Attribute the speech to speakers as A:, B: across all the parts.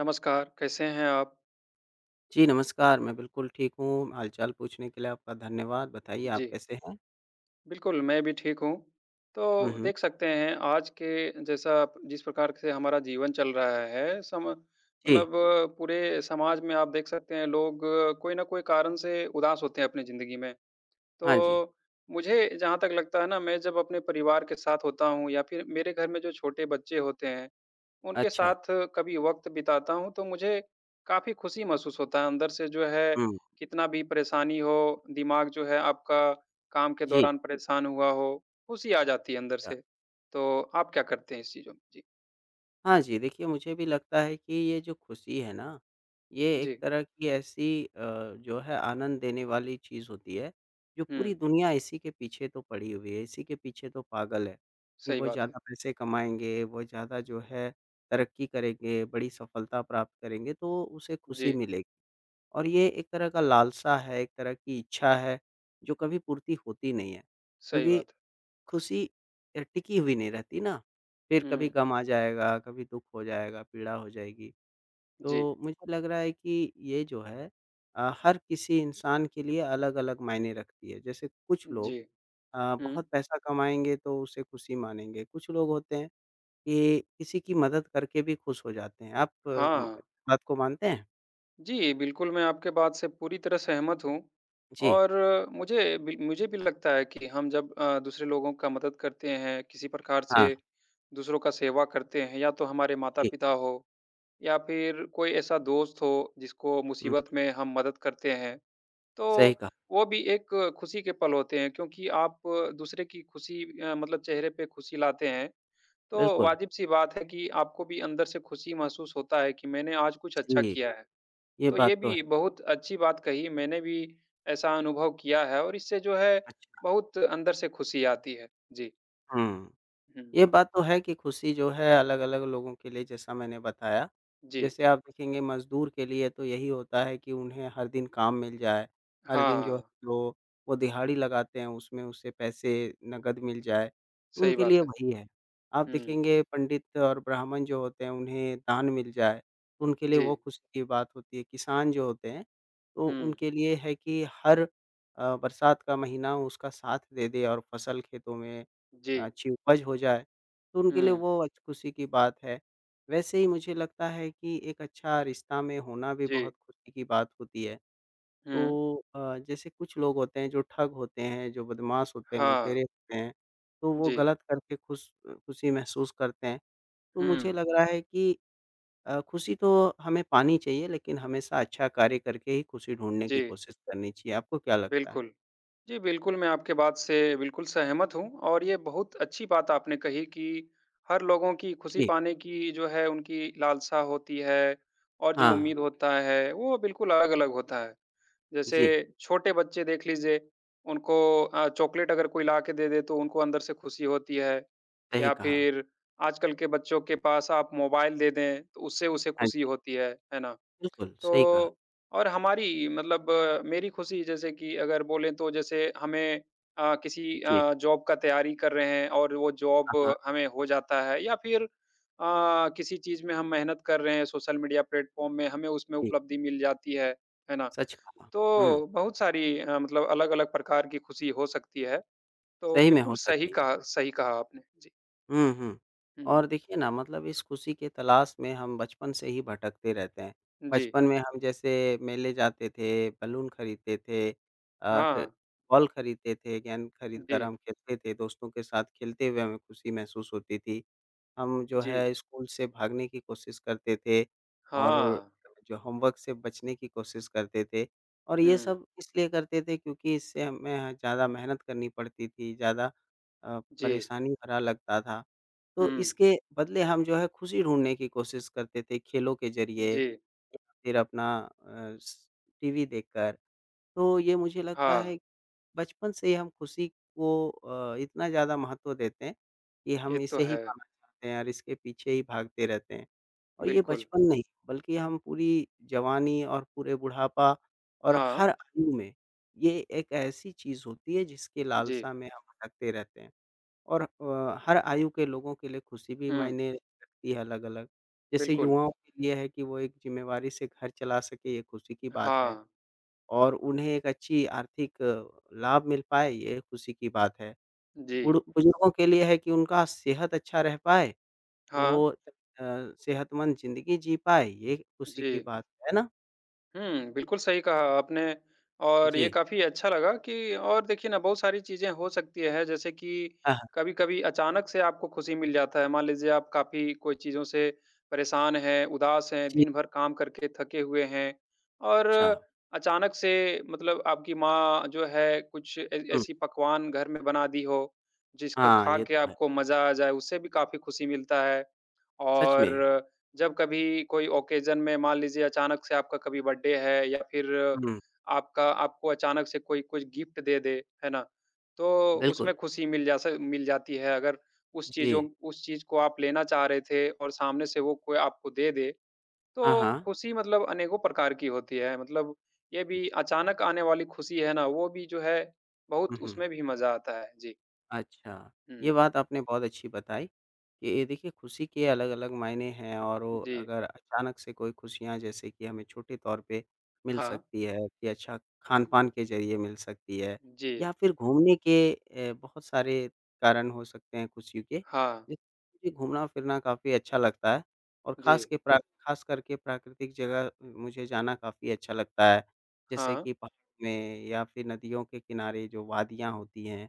A: नमस्कार, कैसे हैं आप?
B: जी, नमस्कार। मैं बिल्कुल ठीक हूँ। हाल-चाल पूछने के लिए आपका धन्यवाद। बताइए आप
A: जी,
B: कैसे हैं?
A: बिल्कुल मैं भी ठीक हूँ। तो
B: हुँ, हुँ।
A: देख सकते हैं आज के जैसा जिस प्रकार से हमारा जीवन चल रहा है सम
B: जी।
A: मतलब पूरे समाज में आप देख सकते हैं लोग कोई ना कोई कारण से उदास होते हैं अपनी ज़िंदगी में। तो
B: हाँ जी।
A: मुझे जहाँ तक लगता है ना मैं जब अपने परिवार के साथ होता हूँ या फिर मेरे घर में जो छोटे बच्चे होते हैं उनके
B: अच्छा।
A: साथ कभी वक़्त बिताता हूँ, तो मुझे काफ़ी खुशी महसूस होता है अंदर से जो है,
B: हुँ।
A: कितना भी परेशानी हो, दिमाग जो है आपका काम के
B: जी।
A: दौरान परेशान हुआ हो, खुशी आ जाती है अंदर
B: अच्छा।
A: से। तो आप क्या करते हैं इस चीज़ों में? जी,
B: हाँ जी, देखिए मुझे भी लगता है कि ये जो खुशी है ना, ये एक
A: जी।
B: तरह की ऐसी जो है आनंद देने वाली चीज़ होती है, जो पूरी
A: हुँ,
B: दुनिया इसी के पीछे तो पड़ी हुई है, इसी के पीछे तो पागल है, कि
A: सही
B: वो
A: बात है।
B: ज़्यादा पैसे कमाएँगे, वो ज़्यादा जो है तरक्की करेंगे, बड़ी सफलता प्राप्त करेंगे, तो उसे खुशी
A: जी,
B: मिलेगी। और ये एक तरह का लालसा है, एक तरह की इच्छा है, जो कभी पूर्ति होती नहीं है।
A: सही
B: क्योंकि
A: बात है।
B: खुशी टिकी हुई नहीं रहती ना, फिर कभी
A: हुँ,
B: गम आ जाएगा, कभी दुःख हो जाएगा, पीड़ा हो जाएगी।
A: जी,
B: तो मुझे लग रहा है कि ये जो है हर किसी इंसान के लिए अलग-अलग मायने रखती है। जैसे कुछ लोग
A: जी। हुँ।
B: बहुत पैसा कमाएँगे तो उसे खुशी मानेंगे, कुछ लोग होते हैं कि किसी की मदद करके भी खुश हो जाते हैं। आप अ, म
A: हाँ।
B: बात को मानते हैं?
A: जी, बिल्कुल, मैं आपके बात से पूरी तरह सहमत हूँ
B: जी,
A: और मुझे भी लगता है कि हम जब दूसरे लोगों का मदद करते हैं, किसी प्रकार
B: हाँ,
A: से दूसरों का सेवा करते हैं या तो हमारे
B: जी।
A: माता-पिता हो या फिर कोई ऐसा दोस्त हो जिसको
B: हुँ,
A: मुसीबत में हम मदद करते हैं,
B: सही
A: तो
B: कहा।
A: वो भी एक खुशी के पल होते हैं क्योंकि आप दूसरे की खुशी मतलब चेहरे पे खुशी लाते हैं, तो
B: बिल्कुल,
A: वाजिब-सी बात है कि आपको भी अंदर से खुशी महसूस होता है कि मैंने आज कुछ अच्छा
B: जी।
A: किया है।
B: ये
A: तो ये
B: बात तो है।
A: भी बहुत अच्छी बात कही, मैंने भी ऐसा अनुभव किया है और इससे जो है
B: अच्छा,
A: बहुत अंदर से खुशी आती है। जी।
B: हुँ।
A: हुँ।
B: ये बात तो है कि खुशी जो है अलग-अलग लोगों के लिए जैसा मैंने बताया।
A: जी।
B: जैसे आप देखेंगे मज़दूर के लिए तो यही होता है कि उन्हें हर दिन काम मिल जाए, हर दिन जो
A: हाँ,
B: है वो वो दिहाड़ी लगाते हैं उसमें उससे पैसे नकद मिल जाए, तो
A: सही
B: उनके
A: बात
B: लिए
A: है।
B: वही है। आप
A: हुँ।
B: देखेंगे पंडित और ब्राह्मण जो होते हैं उन्हें दान मिल जाए, तो उनके लिए
A: जी।
B: वो खुशी की बात होती है। किसान जो होते हैं, तो
A: हुँ।
B: उनके लिए है कि हर बरसात का महीना उसका साथ दे दे और फसल खेतों में
A: जी।
B: अच्छी उपज हो जाए, तो उनके लिए
A: हुँ।
B: वो आज खुशी की बात है। वैसे ही मुझे लगता है कि एक अच्छा रिश्ता में होना भी
A: जी।
B: बहुत खुशी की बात होती है।
A: हुँ।
B: तो जैसे कुछ लोग होते हैं जो ठग होते हैं, जो बदमाश होते हैं,
A: हाँ।
B: लुटेरे होते हैं, तो वो
A: जी।
B: गलत करके खुशी महसूस करते हैं। तो मुझे
A: हुँ।
B: लग रहा है कि खुशी तो हमें पानी चाहिए लेकिन हमेशा अच्छा कार्य करके ही खुशी ढूँढने की
A: जी,
B: कोशिश करनी चाहिए। आपको क्या लगता है?
A: बिल्कुल। जी, बिल्कुल, मैं आपके बात से बिल्कुल सहमत हूँ और ये बहुत अच्छी बात आपने कही कि हर लोगों की खुशी
B: जी।
A: पाने की जो है उनकी लालसा होती है और जो
B: हाँ,
A: उम्मीद होता है, वो बिल्कुल अलग-अलग होता है। जैसे
B: जी,
A: छोटे बच्चे देख लीजिए, उनको चॉकलेट अगर कोई ला के दे दे तो उनको अंदर से खुशी होती है
B: सही
A: या
B: कहा।
A: फिर आजकल के बच्चों के पास आप मोबाइल दे दें, तो उससे उसे
B: हाँ
A: खुशी
B: जी,
A: होती है ना?
B: बिल्कुल, सही कहा।
A: तो और हमारी मतलब मेरी खुशी जैसे कि अगर बोलें तो जैसे हमें किसी
B: जी।
A: जॉब का तैयारी कर रहे हैं और वो जॉब
B: हाँ, हाँ,
A: हमें हो जाता है या फिर किसी चीज़ में हम मेहनत कर रहे हैं सोशल मीडिया प्लेटफॉर्म में हमें उसमें
B: जी,
A: उपलब्धि मिल जाती है ना?
B: सच कहा। हुँ,
A: तो बहुत सारी मतलब अलग-अलग प्रकार की खुशी हो सकती है। तो
B: सही में
A: बिल्कुल
B: हो
A: सही
B: सकती है।
A: कहा सही कहा आपने। जी।
B: हुँ, हुँ
A: हुँ,
B: और
A: हुँ।
B: देखिए ना मतलब इस खुशी के तलाश में हम बचपन से ही भटकते रहते हैं।
A: जी।
B: बचपन में हम जैसे मेले जाते थे, बलून खरीदते थे अ, क
A: हाँ।
B: बॉल खरीदते थे, गेंद खरीद कर
A: जी,
B: हम खेलते थे, दोस्तों के साथ खेलते हुए हमें खुशी महसूस होती थी। हम जो
A: जी।
B: है स्कूल से भागने की कोशिश करते थे और
A: हाँ।
B: जो होमवर्क से बचने की कोशिश करते थे और ये
A: हुँ।
B: सब इसलिए करते थे क्योंकि इससे हमें ज़्यादा मेहनत करनी पड़ती थी, ज़्यादा
A: जी।
B: परेशानी भरा लगता था। तो
A: हुँ।
B: इसके बदले हम जो है खुशी ढूँढने की कोशिश करते थे खेलों के ज़रिए
A: जी।
B: या फिर अपना अ, स टीवी देखकर। तो ये मुझे लगता
A: हाँ,
B: है बचपन से ही हम खुशी को इतना ज़्यादा महत्व देते हैं कि
A: ये
B: हम
A: तो
B: इसे ही
A: है,
B: पाना चाहते हैं और इसके पीछे ही भागते रहते हैं। और ये
A: बिल्कुल।
B: बचपन नहीं बल्कि हम पूरी जवानी और पूरे बुढ़ापा और
A: हाँ,
B: हर आयु में ये एक ऐसी चीज़ होती है जिसकी
A: जी।
B: लालसा में हम भटकते रहते हैं। और हर आयु के लोगों के लिए खुशी भी
A: हुँ,
B: मायने रखती है अलग-अलग। जैसे
A: बिल्कुल।
B: युवाओं के लिए है कि वो एक ज़िम्मेवारी से घर चला सके ये खुशी की बात है।
A: हाँ,
B: और उन्हें एक अच्छी आर्थिक लाभ मिल पाए, ये खुशी की बात है।
A: जी।
B: बुड़ बुजुर्गों के लिए है कि उनका सेहत अच्छा रह पाए,
A: हाँ,
B: वो सेहतमंद ज़िंदगी जी पाए, ये खुशी
A: जी।
B: की बात है ना?
A: हुँ, बिल्कुल सही कहा आपने और ये
B: जी।
A: काफ़ी अच्छा लगा कि और देखिए ना बहुत सारी चीज़ें हो सकती हैं जैसे कि
B: हाँ, हाँ।
A: कभी-कभी अचानक से आपको खुशी मिल जाता है। मान लीजिए आप काफ़ी कोई चीज़ों से परेशान हैं, उदास हैं,
B: जी,
A: दिन भर काम करके थके हुए हैं और
B: अच्छा।
A: अचानक से मतलब आपकी माँ जो है कुछ ऐ
B: हुँ,
A: ऐसी पकवान घर में बना दी हो, जिसको
B: हाँ,
A: खा
B: ये
A: के
B: तो है,
A: आपको मज़ा आ जाए उससे भी काफ़ी खुशी मिलता है।
B: सच में।
A: और जब कभी कोई ओकेज़न में मान लीजिए अचानक से आपका कभी बर्थडे है या फिर
B: हुँ,
A: आपका आपको अचानक से कोई कुछ गिफ्ट दे दे, है ना? तो
B: बिल्कुल।
A: उसमें खुशी मिल जा स मिल जाती है अगर उस
B: जी।
A: चीज़ों उस चीज़ को आप लेना चाह रहे थे और सामने से वो कोई आपको दे दे,
B: हाँ,
A: तो
B: हाँ।
A: खुशी मतलब अनेकों प्रकार की होती है। मतलब ये
B: जी।
A: भी अचानक आने वाली खुशी है ना, वो भी जो है
B: हुँ,
A: बहुत
B: हुँ।
A: उसमें भी मज़ा आता है। जी।
B: अच्छा,
A: हुँ।
B: ये बात आपने बहुत अच्छी बताई कि ये देखिए खुशी के अलग-अलग मायने हैं और वो
A: जी।
B: अगर अचानक से कोई खुशियाँ जैसे कि हमें छोटे तौर पे मिल
A: हाँ।
B: सकती है कि अच्छा खान-पान के ज़रिए मिल सकती है
A: जी।
B: या फिर घूमने के बहुत सारे कारण हो सकते हैं खुशी के।
A: हाँ।
B: जैसे मुझे घूमना-फिरना काफ़ी अच्छा लगता है और
A: जी।
B: ख़ास करके प्राकृतिक जगह मुझे जाना काफ़ी अच्छा लगता है। जैसे
A: हाँ।
B: कि पहाड़ में या फिर नदियों के किनारे जो वादियाँ होती हैं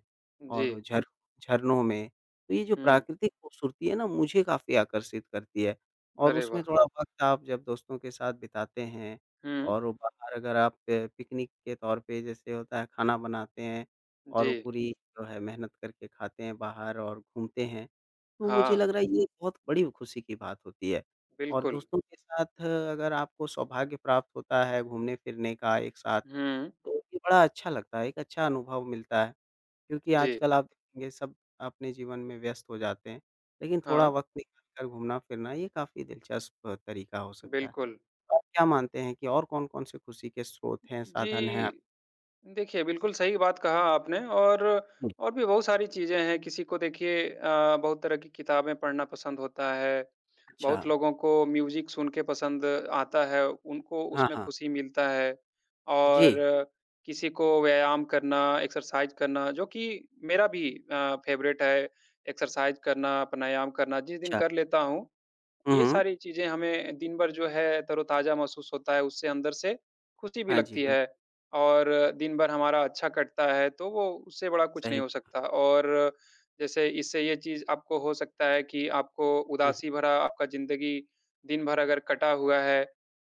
A: जी।
B: और झर झरनों में, तो ये जो
A: हुँ।
B: प्राकृतिक खूबसूरती है ना, मुझे काफ़ी आकर्षित करती है और
A: अरे
B: उसमें
A: वाह!
B: थोड़ा वक़्त आप जब दोस्तों के साथ बिताते हैं
A: हुँ,
B: और वो बाहर अगर आप पिकनिक के तौर पे जैसे होता है खाना बनाते हैं और
A: जी,
B: पूरी जो है मेहनत करके खाते हैं बाहर और घूमते हैं, तो मुझे
A: हाँ,
B: लग रहा है ये बहुत बड़ी खुशी की बात होती है। और
A: बिल्कुल।
B: दोस्तों के साथ अगर आपको सौभाग्य प्राप्त होता है घूमने-फिरने का एक साथ,
A: हुँ,
B: तो ये बड़ा अच्छा लगता है, एक अच्छा अनुभव मिलता है। क्योंकि
A: जी,
B: आजकल आप देखेंगे सब अपने जीवन में व्यस्त हो जाते हैं, लेकिन थोड़ा
A: हाँ,
B: वक़्त निकाल कर घूमना-फिरना ये काफ़ी दिलचस्प तरीका हो सकता है।
A: बिल्कुल।
B: आप क्या मानते हैं कि और कौन-कौन से खुशी के स्रोत हैं, साधन हैं आप
A: जी, देखिए, बिल्कुल सही बात कहा आपने
B: हुँ।
A: और भी बहुत सारी चीज़ें हैं। किसी को देखिए बहुत तरह की किताबें पढ़ना पसंद होता है।
B: अच्छा,
A: बहुत लोगों को म्यूज़िक सुन के पसंद आता है, उनको
B: हाँ,
A: उसमें
B: हाँ।
A: खुशी मिलता है। और
B: जी,
A: किसी को व्यायाम करना, एक्सरसाइज़ करना जो कि मेरा भी फ़ेवरेट है, एक्सरसाइज़ करना, प्राणायाम करना जिस दिन
B: अच्छा।
A: कर लेता हूँ
B: हुँ,
A: ये
B: हुँ।
A: सारी चीज़ें हमें दिन भर जो है तरोताज़ा महसूस होता है, उससे अंदर से खुशी भी
B: हाँ जी,
A: लगती है
B: बिल्कुल
A: और दिन भर हमारा अच्छा कटता है, तो वो उससे बड़ा कुछ नहीं
B: सही।
A: हो सकता। और जैसे इससे ये चीज़ आपको हो सकता है कि आपको
B: हुँ,
A: उदासी भरा आपका ज़िंदगी दिन भर अगर कटा हुआ है,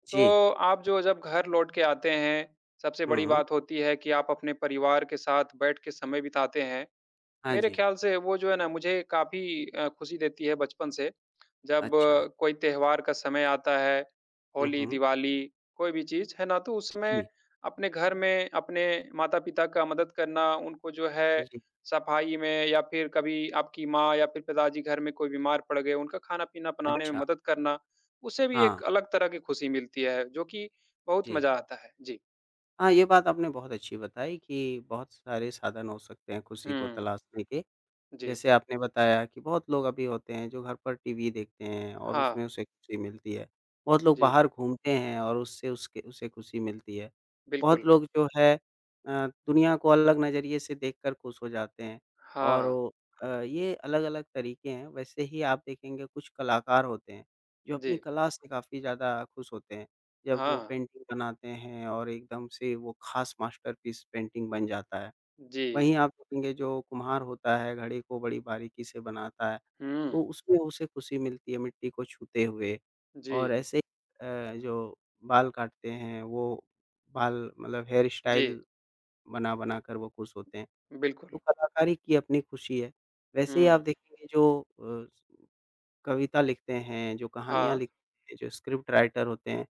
B: जी।
A: तो आप जो जब घर लौट के आते हैं, सबसे बड़ी
B: हुँ,
A: बात होती है कि आप अपने परिवार के साथ बैठ के समय बिताते हैं।
B: हाँ
A: मेरे
B: जी।
A: ख़्याल से वो जो है ना मुझे काफ़ी खुशी देती है बचपन से। जब
B: अच्छा।
A: कोई त्योहार का समय आता है,
B: हुँ,
A: होली,
B: हुँ।
A: दिवाली, कोई भी चीज़, है ना? तो उसमें
B: जी,
A: अपने घर में अपने माता-पिता का मदद करना, उनको जो है
B: जी।
A: सफाई में या फिर कभी आपकी माँ या फिर पिताजी घर में कोई बीमार पड़ गए, उनका खाना-पीना बनाने में
B: अच्छा।
A: मदद करना, उससे भी
B: हाँ,
A: एक अलग तरह की खुशी मिलती है, जो कि बहुत
B: जी।
A: मज़ा आता है। जी।
B: हाँ, ये बात आपने बहुत अच्छी बताई कि बहुत सारे साधन हो सकते हैं खुशी को
A: हुँ,
B: तलाशने के।
A: जी।
B: जैसे आपने बताया कि बहुत लोग अभी होते हैं जो घर पर टीवी देखते हैं और
A: हाँ,
B: उसमें उसे खुशी मिलती है। बहुत लोग
A: जी,
B: बाहर घूमते हैं और उससे उसके उसे खुशी मिलती है। बहुत
A: बिल्कुल।
B: लोग जो है दुनिया को अलग नज़रिए से देखकर खुश हो जाते हैं और
A: हाँ,
B: वो ये अलग-अलग तरीके हैं। वैसे ही आप देखेंगे कुछ कलाकार होते हैं, जो अपनी
A: जी।
B: कला से काफ़ी ज़्यादा खुश होते हैं। जब वो
A: हाँ,
B: पेंटिंग बनाते हैं और एकदम से वो ख़ास मास्टरपीस पेंटिंग बन जाता है।
A: जी।
B: वहीं आप देखेंगे जो कुम्हार होता है, घड़ी को बड़ी बारीकी से बनाता है, तो
A: हुँ,
B: उसमें उसे खुशी मिलती है मिट्टी को छूते हुए
A: जी,
B: और ऐसे ही जो बाल काटते हैं, वो बाल मतलब हेयर
A: जी,
B: स्टाइल बना-बना कर वो खुश होते हैं, तो
A: बिल्कुल।
B: कलाकारी की अपनी खुशी है। वैसे ही आप
A: हुँ।
B: देखेंगे जो कविता लिखते हैं, जो कहानियाँ
A: हाँ,
B: लिखते हैं, जो स्क्रिप्ट राइटर होते हैं,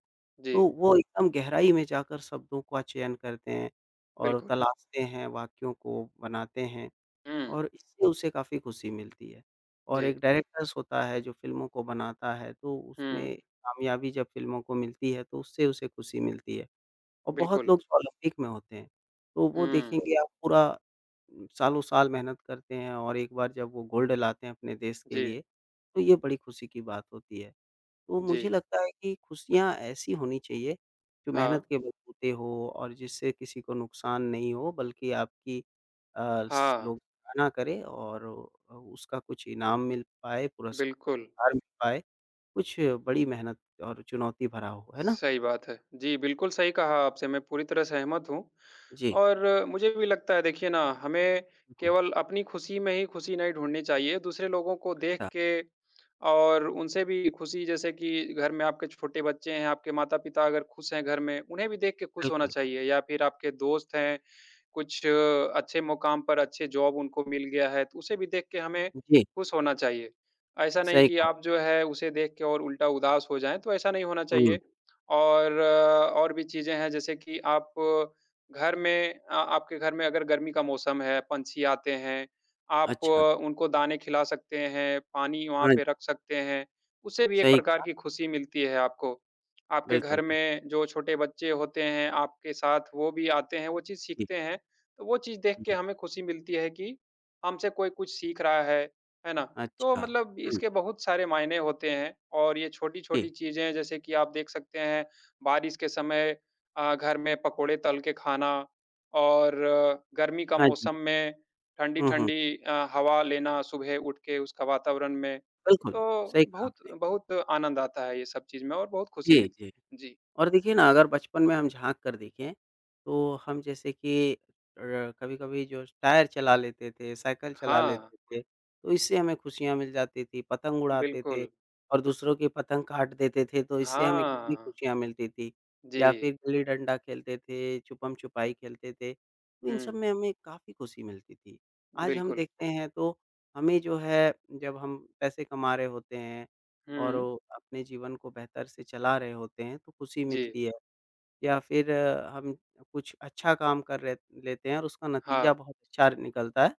B: तो
A: जी,
B: वो एकदम गहराई में जाकर शब्दों का चयन करते हैं और
A: बिल्कुल।
B: तलाशते हैं, वाक्यों को बनाते हैं।
A: हुँ,
B: और इससे उसे काफ़ी खुशी मिलती है। और
A: जी,
B: एक डायरेक्टर्स होता है जो फ़िल्मों को बनाता है, तो
A: हुँ,
B: उसमें कामयाबी जब फ़िल्मों को मिलती है तो उससे उसे खुशी मिलती है। और बहुत
A: बिल्कुल।
B: लोग जो ओलंपिक में होते हैं, तो वो
A: हुँ,
B: देखेंगे आप पूरा सालों-साल मेहनत करते हैं और एक बार जब वो गोल्ड लाते हैं अपने देश के
A: जी,
B: लिए, तो ये बड़ी खुशी की बात होती है। तो
A: जी।
B: मुझे लगता है कि खुशियाँ ऐसी होनी चाहिए, जो
A: हाँ,
B: मेहनत के बलबूते हो और जिससे किसी को नुकसान नहीं हो बल्कि आपकी अ, स
A: हाँ,
B: लोग सराहना करें और उसका कुछ इनाम मिल पाए,
A: बिल्कुल,
B: पुरस्कार मिल पाए, कुछ बड़ी मेहनत और चुनौती भरा हो, है ना?
A: सही बात है। जी, बिल्कुल सही कहा आपसे, मैं पूरी तरह सहमत हूँ
B: जी,
A: और मुझे भी लगता है देखिए ना, हमें
B: बिल्कुल,
A: केवल अपनी खुशी में ही खुशी नहीं ढूँढनी चाहिए, दूसरे लोगों को देख
B: अच्छा,
A: के और उनसे भी खुशी जैसे कि घर में आपके छोटे बच्चे हैं, आपके माता-पिता अगर खुश हैं घर में, उन्हें भी देख के खुश होना
B: बिल्कुल,
A: चाहिए या फिर आपके दोस्त हैं कुछ अच्छे मुकाम पर अच्छे जॉब उनको मिल गया है, तो उसे भी देख के हमें
B: जी,
A: खुश होना चाहिए। ऐसा नहीं
B: सही
A: कि
B: कहा,
A: आप जो है उसे देख के और उल्टा उदास हो जाएँ, तो ऐसा नहीं होना
B: हुँ,
A: चाहिए। और और भी चीज़ें हैं जैसे कि आप घर में आपके घर में अगर गर्मी का मौसम है, पंछी आते हैं, आप
B: अच्छा,
A: उनको दाने खिला सकते हैं, पानी वहाँ
B: हाँ जी,
A: पे रख सकते हैं, उससे भी एक
B: सही
A: प्रकार
B: कहा,
A: की खुशी मिलती है आपको। आपके
B: बिल्कुल,
A: घर
B: बिल्कुल,
A: में जो छोटे बच्चे होते हैं, आपके साथ वो भी आते हैं, वो चीज़
B: जी,
A: सीखते हैं तो वो चीज़ देख के
B: हुँ,
A: हमें खुशी मिलती है कि हमसे कोई कुछ सीख रहा है ना? तो
B: अच्छा,
A: मतलब
B: हुँ,
A: इसके बहुत सारे मायने होते हैं और ये छोटी-छोटी
B: जी,
A: चीज़ें जैसे कि आप देख सकते हैं बारिश के समय घर में पकोड़े तल के खाना और गर्मी का
B: हाँ जी,
A: मौसम में
B: हुँ, हुँ,
A: ठंडी-ठंडी हवा लेना सुबह उठ के उसका वातावरण में।
B: बिल्कुल,
A: तो
B: सही कहा
A: बहुत
B: आपने,
A: बहुत आनंद आता है ये सब चीज़ में और बहुत खुशी
B: जी,
A: मिलती
B: जी।
A: है। जी।
B: और देखिए ना, अगर बचपन में हम झाँक कर देखें, तो हम जैसे कि कभी-कभी जो टायर चला लेते थे, साइकिल चला
A: हाँ,
B: लेते थे, तो इससे हमें खुशियाँ मिल जाती थी। पतंग उड़ाते थे
A: बिल्कुल।
B: और दूसरों की पतंग काट देते थे, तो इससे हमें कितनी
A: हाँ।
B: खुशियाँ मिलती थी।
A: जी।
B: या फिर गिल्ली-डंडा खेलते थे, छुपम-छुपाई खेलते थे, तो इन सब
A: हुँ।
B: में हमें काफ़ी खुशी मिलती थी। आज हम
A: बिल्कुल।
B: देखते हैं, तो हमें जो है, जब हम पैसे कमा रहे होते हैं और
A: हुँ,
B: वो अपने जीवन को बेहतर से चला रहे होते हैं, तो खुशी
A: जी।
B: मिलती है। या फिर हम कुछ अच्छा काम कर रहे लेते हैं और उसका
A: हाँ,
B: नतीजा बहुत अच्छा निकलता है,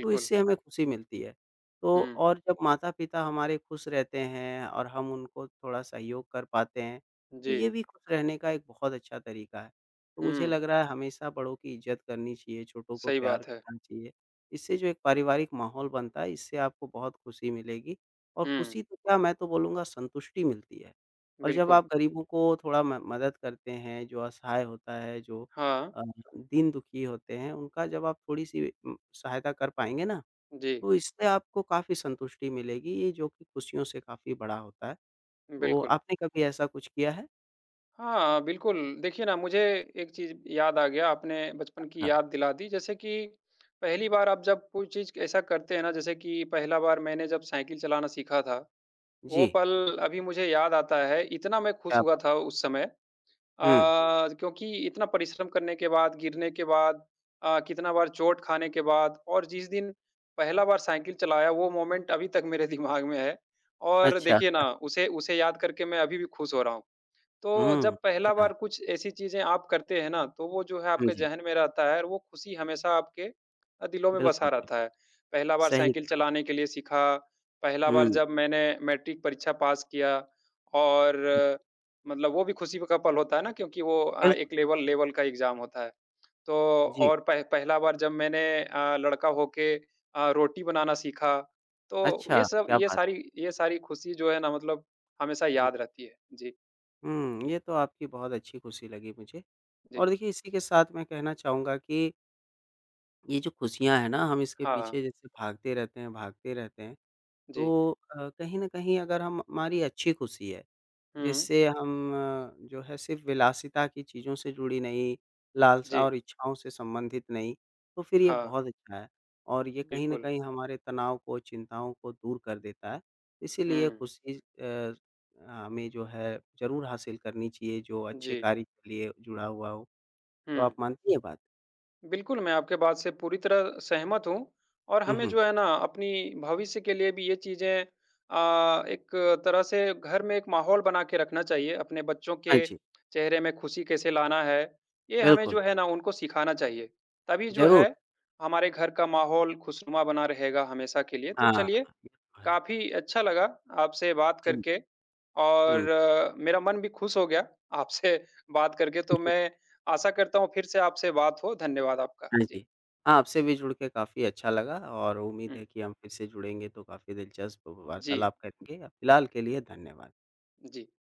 B: तो इससे हमें खुशी मिलती है। तो
A: हुँ,
B: और जब माता-पिता हमारे खुश रहते हैं और हम उनको थोड़ा सहयोग कर पाते हैं, तो
A: जी।
B: ये भी खुश रहने का एक बहुत अच्छा तरीका है। तो मुझे
A: हुँ,
B: लग रहा है हमेशा बड़ों की इज़्ज़त करनी चाहिए, छोटों को
A: सही
B: प्यार
A: बात है।
B: करना चाहिए। इससे जो एक पारिवारिक माहौल बनता है, इससे आपको बहुत खुशी मिलेगी और
A: हुँ,
B: खुशी तो क्या मैं तो बोलूँगा संतुष्टि मिलती है। और जब
A: बिल्कुल।
B: आप गरीबों को थोड़ा म मदद करते हैं, जो असहाय होता है, जो
A: हाँ,
B: अ, दीन दुखी होते हैं, उनका जब आप थोड़ी-सी सहायता कर पाएँगे ना,
A: जी,
B: तो इससे आपको काफ़ी संतुष्टि मिलेगी, ये जो कि खुशियों से काफ़ी बड़ा होता है। तो
A: बिल्कुल।
B: आपने कभी ऐसा कुछ किया है?
A: हाँ, बिल्कुल, देखिए ना मुझे एक चीज़ याद आ गया, आपने बचपन की
B: हाँ,
A: याद दिला दी। जैसे कि पहली बार आप जब कोई चीज़ ऐसा करते हैं ना, जैसे कि पहला बार मैंने जब साइकिल चलाना सीखा था, वो
B: जी,
A: पल अभी मुझे याद आता है, इतना मैं खुश
B: क्या
A: हुआ
B: बात
A: था
B: है।
A: उस समय।
B: हुँ,
A: क्योंकि इतना परिश्रम करने के बाद, गिरने के बाद कितना बार चोट खाने के बाद और जिस दिन पहला बार साइकिल चलाया वो मोमेंट अभी तक मेरे दिमाग में है और
B: अच्छा,
A: देखिए ना, उसे उसे याद करके मैं अभी भी खुश हो रहा हूँ। तो
B: हुँ,
A: जब
B: ठीक
A: पहला
B: है।
A: बार कुछ ऐसी चीज़ें आप करते हैं ना, तो वो जो है
B: हुँ,
A: आपके
B: जी,
A: ज़हन में रहता है और वो खुशी हमेशा आपके दिलों में
B: बिल्कुल,
A: बसा रहता
B: बिल्कुल,
A: है। पहला बार
B: सही
A: साइकिल
B: कहा।
A: चलाने के लिए सीखा, पहला बार
B: हुँ,
A: जब मैंने मैट्रिक परीक्षा पास किया और मतलब वो भी खुशी का पल होता है ना क्योंकि वो
B: बिल्कुल,
A: एक लेवल लेवल का एग्ज़ाम होता है। तो
B: जी,
A: और पह पहला बार जब मैंने लड़का होके रोटी बनाना सीखा, तो
B: अच्छा,
A: ये सब
B: क्या
A: ये
B: बात है।
A: सारी ये सारी खुशी जो है ना मतलब हमेशा
B: हुँ,
A: याद रहती है। जी,
B: हुँ, ये तो आपकी बहुत अच्छी खुशी लगी मुझे।
A: जी।
B: और देखिए इसी के साथ मैं कहना चाहूँगा कि ये जो खुशियाँ हैं ना, हम इसके
A: हाँ,
B: पीछे जैसे भागते रहते हैं,
A: जी।
B: तो कहीं न कहीं अगर हम हमारी अच्छी खुशी है,
A: हुँ,
B: जिससे हम जो है सिर्फ़ विलासिता की चीज़ों से जुड़ी नहीं, लालसा
A: जी।
B: और इच्छाओं से संबंधित नहीं, तो फिर ये
A: हाँ,
B: बहुत अच्छा है और ये कहीं न
A: बिल्कुल।
B: कहीं हमारे तनाव को, चिंताओं को दूर कर देता है।
A: हुँ,
B: इसीलिए खुशी अ, हमें जो है ज़रूर हासिल करनी चाहिए, जो अच्छे
A: जी।
B: कार्य के लिए जुड़ा हुआ हो। तो
A: हुँ।
B: आप मानती हैं ये बात?
A: बिल्कुल, मैं आपके बात से पूरी तरह सहमत हूँ और
B: हुँ,
A: हमें
B: हुँ।
A: जो है ना अपनी भविष्य के लिए भी ये चीज़ें एक तरह से घर में एक माहौल बना के रखना चाहिए। अपने बच्चों के
B: हाँ जी,
A: चेहरे में खुशी कैसे लाना है, ये हमें जो
B: बिल्कुल,
A: है ना उनको सिखाना चाहिए। तभी जो
B: ज़रूर।
A: है हमारे घर का माहौल खुशनुमा बना रहेगा हमेशा के लिए। तो
B: हाँ,
A: चलिए
B: हाँ, ये तो है।
A: काफ़ी अच्छा लगा आपसे बात
B: जी,
A: करके
B: हुँ।
A: और मेरा मन भी खुश हो गया आपसे बात करके, तो
B: बिल्कुल,
A: मैं आशा करता हूँ फिर से आपसे बात हो। धन्यवाद आपका।
B: हाँ
A: जी।
B: जी। हाँ, आपसे भी जुड़ के काफ़ी अच्छा लगा और उम्मीद
A: हुँ।
B: है कि हम फिर से जुड़ेंगे तो काफ़ी दिलचस्प
A: जी,
B: वार्तालाप करेंगे। फिलहाल के लिए धन्यवाद।
A: जी।